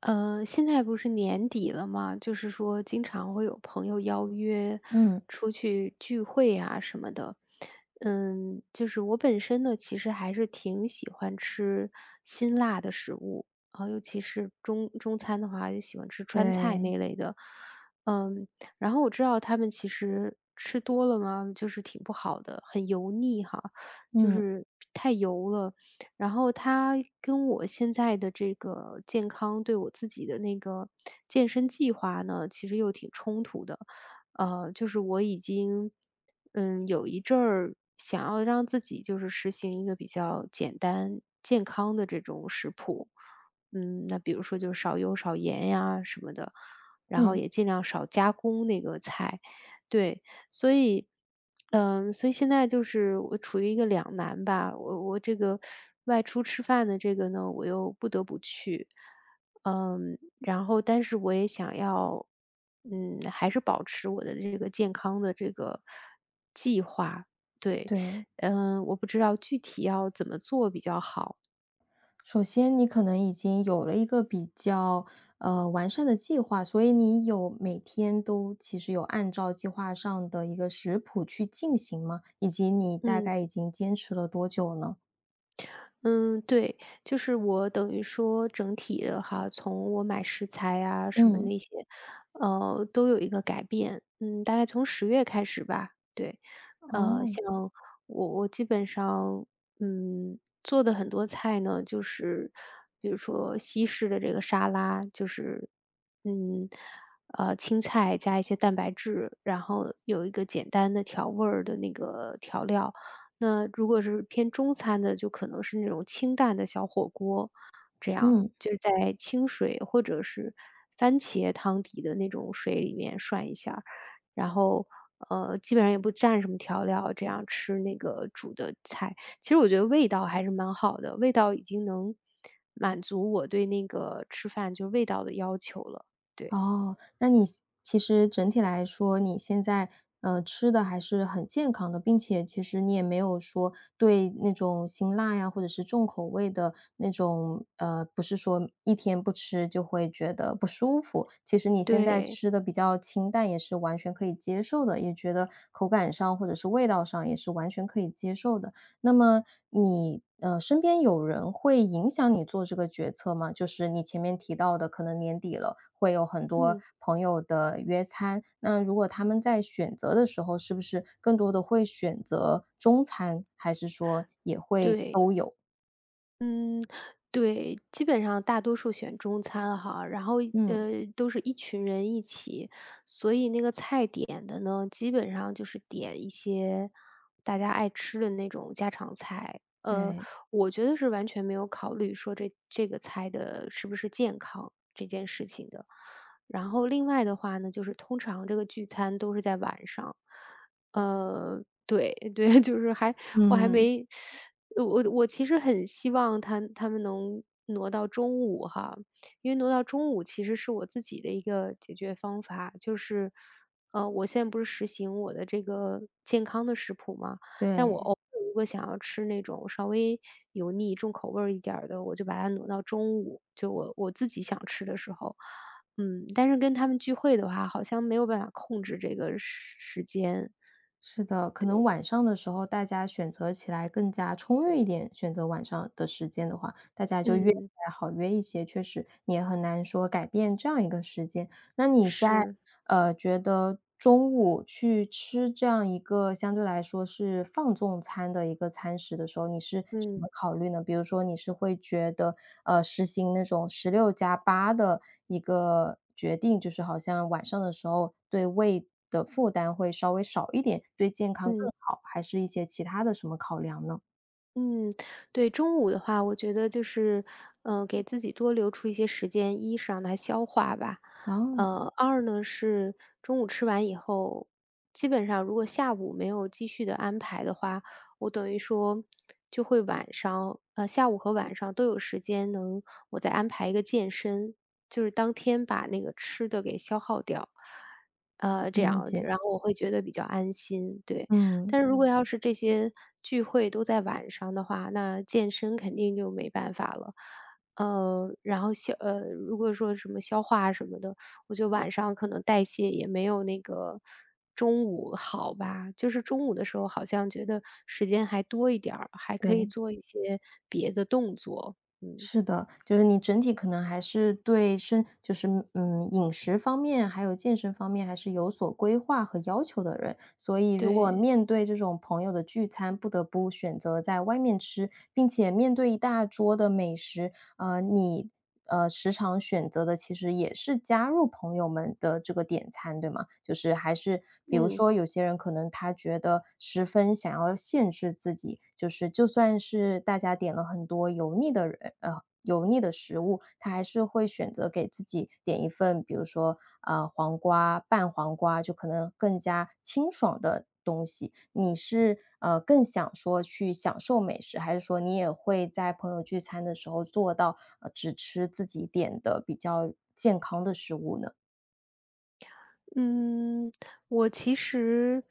现在不是年底了嘛，就是说经常会有朋友邀约嗯，出去聚会啊什么的。就是我本身呢，其实还是挺喜欢吃辛辣的食物啊，尤其是中餐的话，就喜欢吃川菜对，那类的。嗯，然后我知道他们其实吃多了嘛，就是挺不好的，很油腻哈，就嗯，是太油了。然后它跟我现在的这个健康对我自己的那个健身计划呢，其实又挺冲突的。就是我已经，有一阵儿想要让自己就是实行一个比较简单健康的这种食谱，那比如说就是少油少盐呀什么的，然后嗯，也尽量少加工那个菜，对。所以，所以现在就是我处于一个两难吧。我这个外出吃饭的这个呢，我又不得不去，然后但是我也想要，还是保持我的这个健康的这个计划。对，对。我不知道具体要怎么做比较好。首先你可能已经有了一个比较，完善的计划，所以你有每天都其实有按照计划上的一个食谱去进行吗？以及你大嗯。概已经坚持了多久呢？嗯，对，就是我等于说整体的哈，从我买食材啊什么嗯，那些，都有一个改变。嗯，大概从10月开始吧。对，哦，像我基本上做的很多菜呢，就是比如说西式的这个沙拉，就是嗯青菜加一些蛋白质，然后有一个简单的调味儿的那个调料。那如果是偏中餐的，就可能是那种清淡的小火锅，这样，嗯。就是在清水或者是番茄汤底的那种水里面涮一下儿然后，基本上也不蘸什么调料，这样吃那个煮的菜。其实我觉得味道还是蛮好的，味道已经能满足我对那个吃饭就味道的要求了，对，哦，那你其实整体来说，你现在吃的还是很健康的，并且其实你也没有说对那种辛辣呀，或者是重口味的那种，不是说一天不吃就会觉得不舒服。其实你现在对，吃的比较清淡，也是完全可以接受的，也觉得口感上或者是味道上也是完全可以接受的。那么你身边有人会影响你做这个决策吗？就是你前面提到的，可能年底了，会有很多嗯，朋友的约餐，那如果他们在选择的时候，是不是更多的会选择中餐，还是说也会对。都有？嗯，对，基本上大多数选中餐哈，然后嗯，都是一群人一起，所以那个菜点的呢，基本上就是点一些大家爱吃的那种家常菜。对。我觉得是完全没有考虑说这个菜的是不是健康这件事情的。然后另外的话呢，就是通常这个聚餐都是在晚上，对 对，就是还我还嗯。没我其实很希望他们能挪到中午哈，因为挪到中午其实是我自己的一个解决方法，就是，我现在不是实行我的这个健康的食谱嘛，但我对。偶尔如果想要吃那种稍微油腻、重口味儿一点儿的，我就把它挪到中午，就我自己想吃的时候，但是跟他们聚会的话，好像没有办法控制这个时间，是的，可能晚上的时候大家选择起来更加充裕一点，选择晚上的时间的话，大家就约起嗯，来好约一些，确实你也很难说改变这样一个时间。那你在是，觉得中午去吃这样一个相对来说是放纵餐的一个餐食的时候，你是什嗯么考虑呢？比如说你是会觉得，实行那种十六加八的一个决定，就是好像晚上的时候对胃的负担会稍微少一点，对健康更嗯。好，还是一些其他的什么考量呢？嗯，对，中午的话，我觉得就是，给自己多留出一些时间，一是让它消化吧，哦，二呢是中午吃完以后，基本上如果下午没有继续的安排的话，我等于说就会晚上，下午和晚上都有时间能，我再安排一个健身，就是当天把那个吃的给消耗掉，这了样，解，然后我会觉得比较安心，对。嗯，但是如果要是这些聚会都在晚上的话，那健身肯定就没办法了。然后如果说什么消化什么的，我觉得晚上可能代谢也没有那个中午好吧。就是中午的时候好像觉得时间还多一点儿，还可以对。做一些别的动作。嗯，是的，就是你整体可能还是对身,嗯，饮食方面，还有健身方面还是有所规划和要求的人。所以如果对，面对这种朋友的聚餐，不得不选择在外面吃，并且面对一大桌的美食，你时常选择的其实也是加入朋友们的这个点餐，对吗？就是还是比如嗯。说有些人可能他觉得十分想要限制自己，就是就算是大家点了很多油腻的油腻的食物，他还是会选择给自己点一份，比如说黄瓜、拌黄瓜，就可能更加清爽的东西，你是更想说去享受美食，还是说你也会在朋友聚餐的时候做到只吃自己点的比较健康的食物呢？嗯，我其实，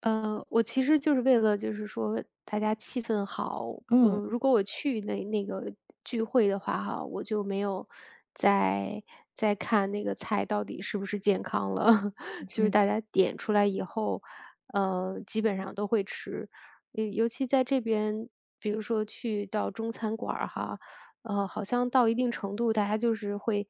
我其实就是为了就是说大家气氛好，嗯如果我去那个聚会的话哈，我就没有再再看那个菜到底是不是健康了，嗯 就确是大实。家点出来以后，基本上都会吃，尤其在这边，比如说去到中餐馆儿哈，好像到一定程度，大家就是会。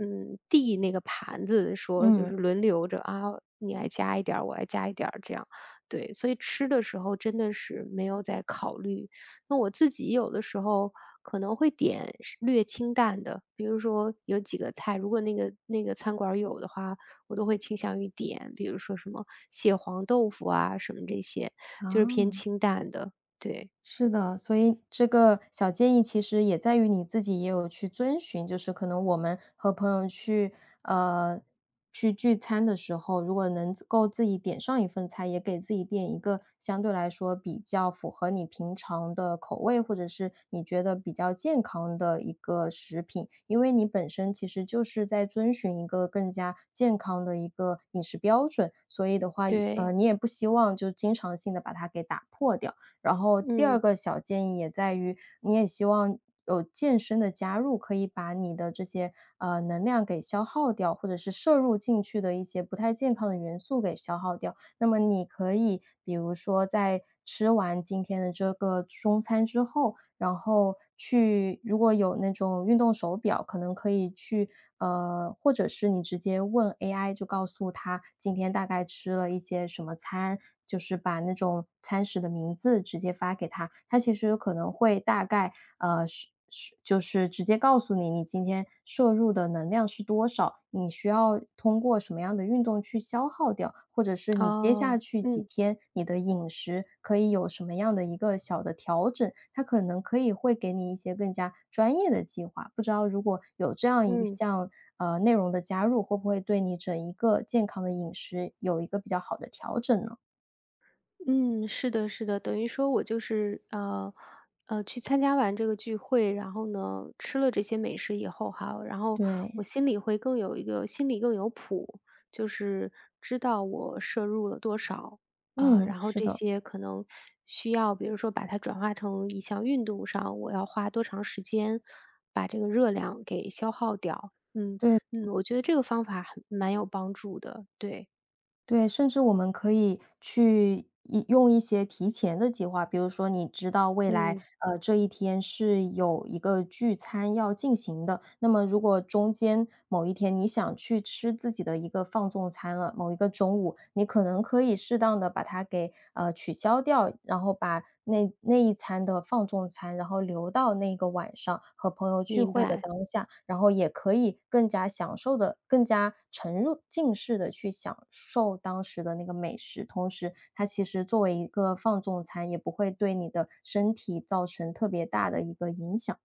递那个盘子说就嗯，是轮流着啊，你来加一点儿，我来加一点儿这样。对，所以吃的时候真的是没有在考虑。那我自己有的时候可能会点是略清淡的，比如说有几个菜，如果那个餐馆儿有的话，我都会倾向于点，比如说什么蟹黄豆腐啊，什么这些，就是偏啊。清淡的。对，是的，所以这个小建议其实也在于你自己也有去遵循，就是可能我们和朋友去呃去聚餐的时候，如果能自够自己点上一份菜，也给自己点一个相对来说比较符合你平常的口味，或者是你觉得比较健康的一个食品，因为你本身其实就是在遵循一个更加健康的一个饮食标准，所以的话，对，你也不希望就经常性的把它给打破掉。然后第二嗯，个小建议也在于，你也希望有健身的加入，可以把你的这些能量给消耗掉，或者是摄入进去的一些不太健康的元素给消耗掉。那么你可以比如说在吃完今天的这个中餐之后，然后去如果有那种运动手表，可能可以去或者是你直接问 AI，就告诉他今天大概吃了一些什么餐，就是把那种餐食的名字直接发给他，他其实可能会大概就是直接告诉你，你今天摄入的能量是多少，你需要通过什么样的运动去消耗掉，或者是你接下哦，去几嗯天你的饮食可以有什么样的一个小的调整，它可能可以会给你一些更加专业的计划。不知道如果有这样一嗯。项内容的加入，会不会对你整一个健康的饮食有一个比较好的调整呢？嗯，是的，是的，等于说我就是去参加完这个聚会，然后呢，吃了这些美食以后哈，然后我对，心里会更有一个心里更有谱，就是知道我摄入了多少啊，嗯，然后是这的，些可能需要，比如说把它转化成一项运动上，我要花多长时间把这个热量给消耗掉。嗯对我觉得这个方法很蛮有帮助的，对，对，甚至我们可以去用一些提前的计划，比如说你知道未来，嗯，这一天是有一个聚餐要进行的，那么如果中间某一天你想去吃自己的一个放纵餐了，某一个中午，你可能可以适当的把它给，取消掉，然后把那一餐的放纵餐，然后留到那个晚上和朋友聚明会的白。当下，然后也可以更加享受的、更加沉入浸式的去享受当时的那个美食。同时，它其实作为一个放纵餐，也不会对你的身体造成特别大的一个影响。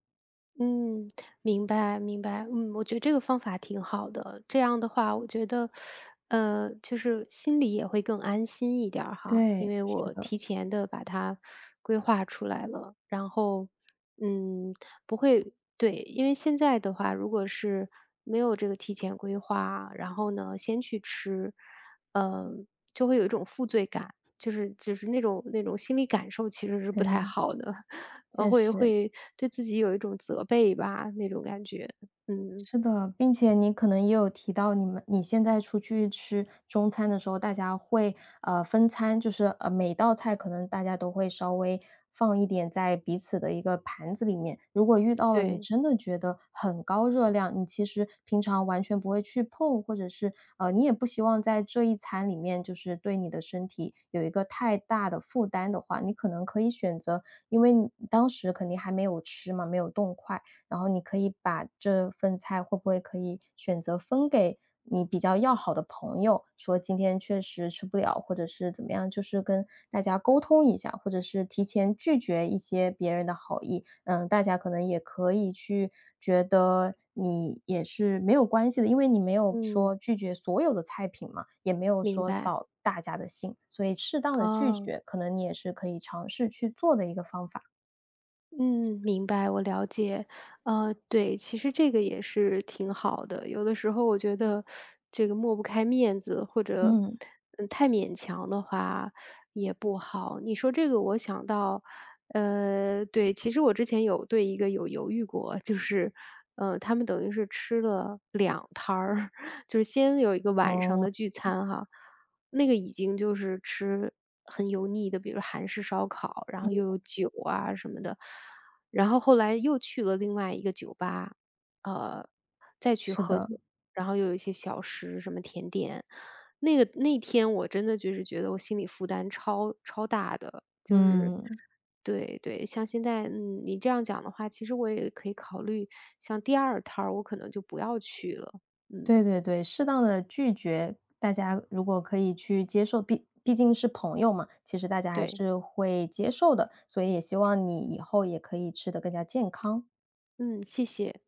嗯，明白明白。嗯，我觉得这个方法挺好的。这样的话，我觉得，就是心里也会更安心一点儿哈，因对，为是我的，提前的把它规划出来了。然后，嗯，不会对，因为现在的话，如果是没有这个提前规划，然后呢，先去吃，呃，就会有一种负罪感，就是那种心理感受其实是不太对，好的。确会实。会对自己有一种责备吧，那种感觉。嗯，是的，并且你可能也有提到，你现在出去吃中餐的时候，大家会分餐，就是每道菜可能大家都会稍微放一点在彼此的一个盘子里面。如果遇到了你对，真的觉得很高热量，你其实平常完全不会去碰，或者是你也不希望在这一餐里面就是对你的身体有一个太大的负担的话，你可能可以选择，因为你当时肯定还没有吃嘛，没有动筷。然后你可以把这份菜会不会可以选择分给你比较要好的朋友，说今天确实吃不了，或者是怎么样，就是跟大家沟通一下，或者是提前拒绝一些别人的好意。嗯，大家可能也可以去觉得你也是没有关系的，因为你没有嗯，说拒绝所有的菜品嘛，也没有明说白，扫大家的兴，所以适当的拒哦。绝，可能你也是可以尝试去做的一个方法。嗯，明白，我了解。对，其实这个也是挺好的。有的时候我觉得这个抹不开面子，或者嗯，太勉强的话也不好。你说这个，我想到，对，其实我之前有对一个有犹豫过，就是他们等于是吃了两摊儿，就是先有一个晚上哦，的聚餐哈，那个已经就是吃很油腻的，比如韩式烧烤，然后又有酒啊什么的。然后后来又去了另外一个酒吧，呃，再去是喝的，酒，然后又有一些小食，什么甜点。那个那天我真的就是觉得我心理负担超大的，就是嗯。对对，像现在，你这样讲的话，其实我也可以考虑，像第二摊儿我可能就不要去了。对嗯，对对，适当的拒绝，大家如果可以去接受，毕竟是朋友嘛，其实大家还对，是会接受的，所以也希望你以后也可以吃的更加健康。嗯，谢谢。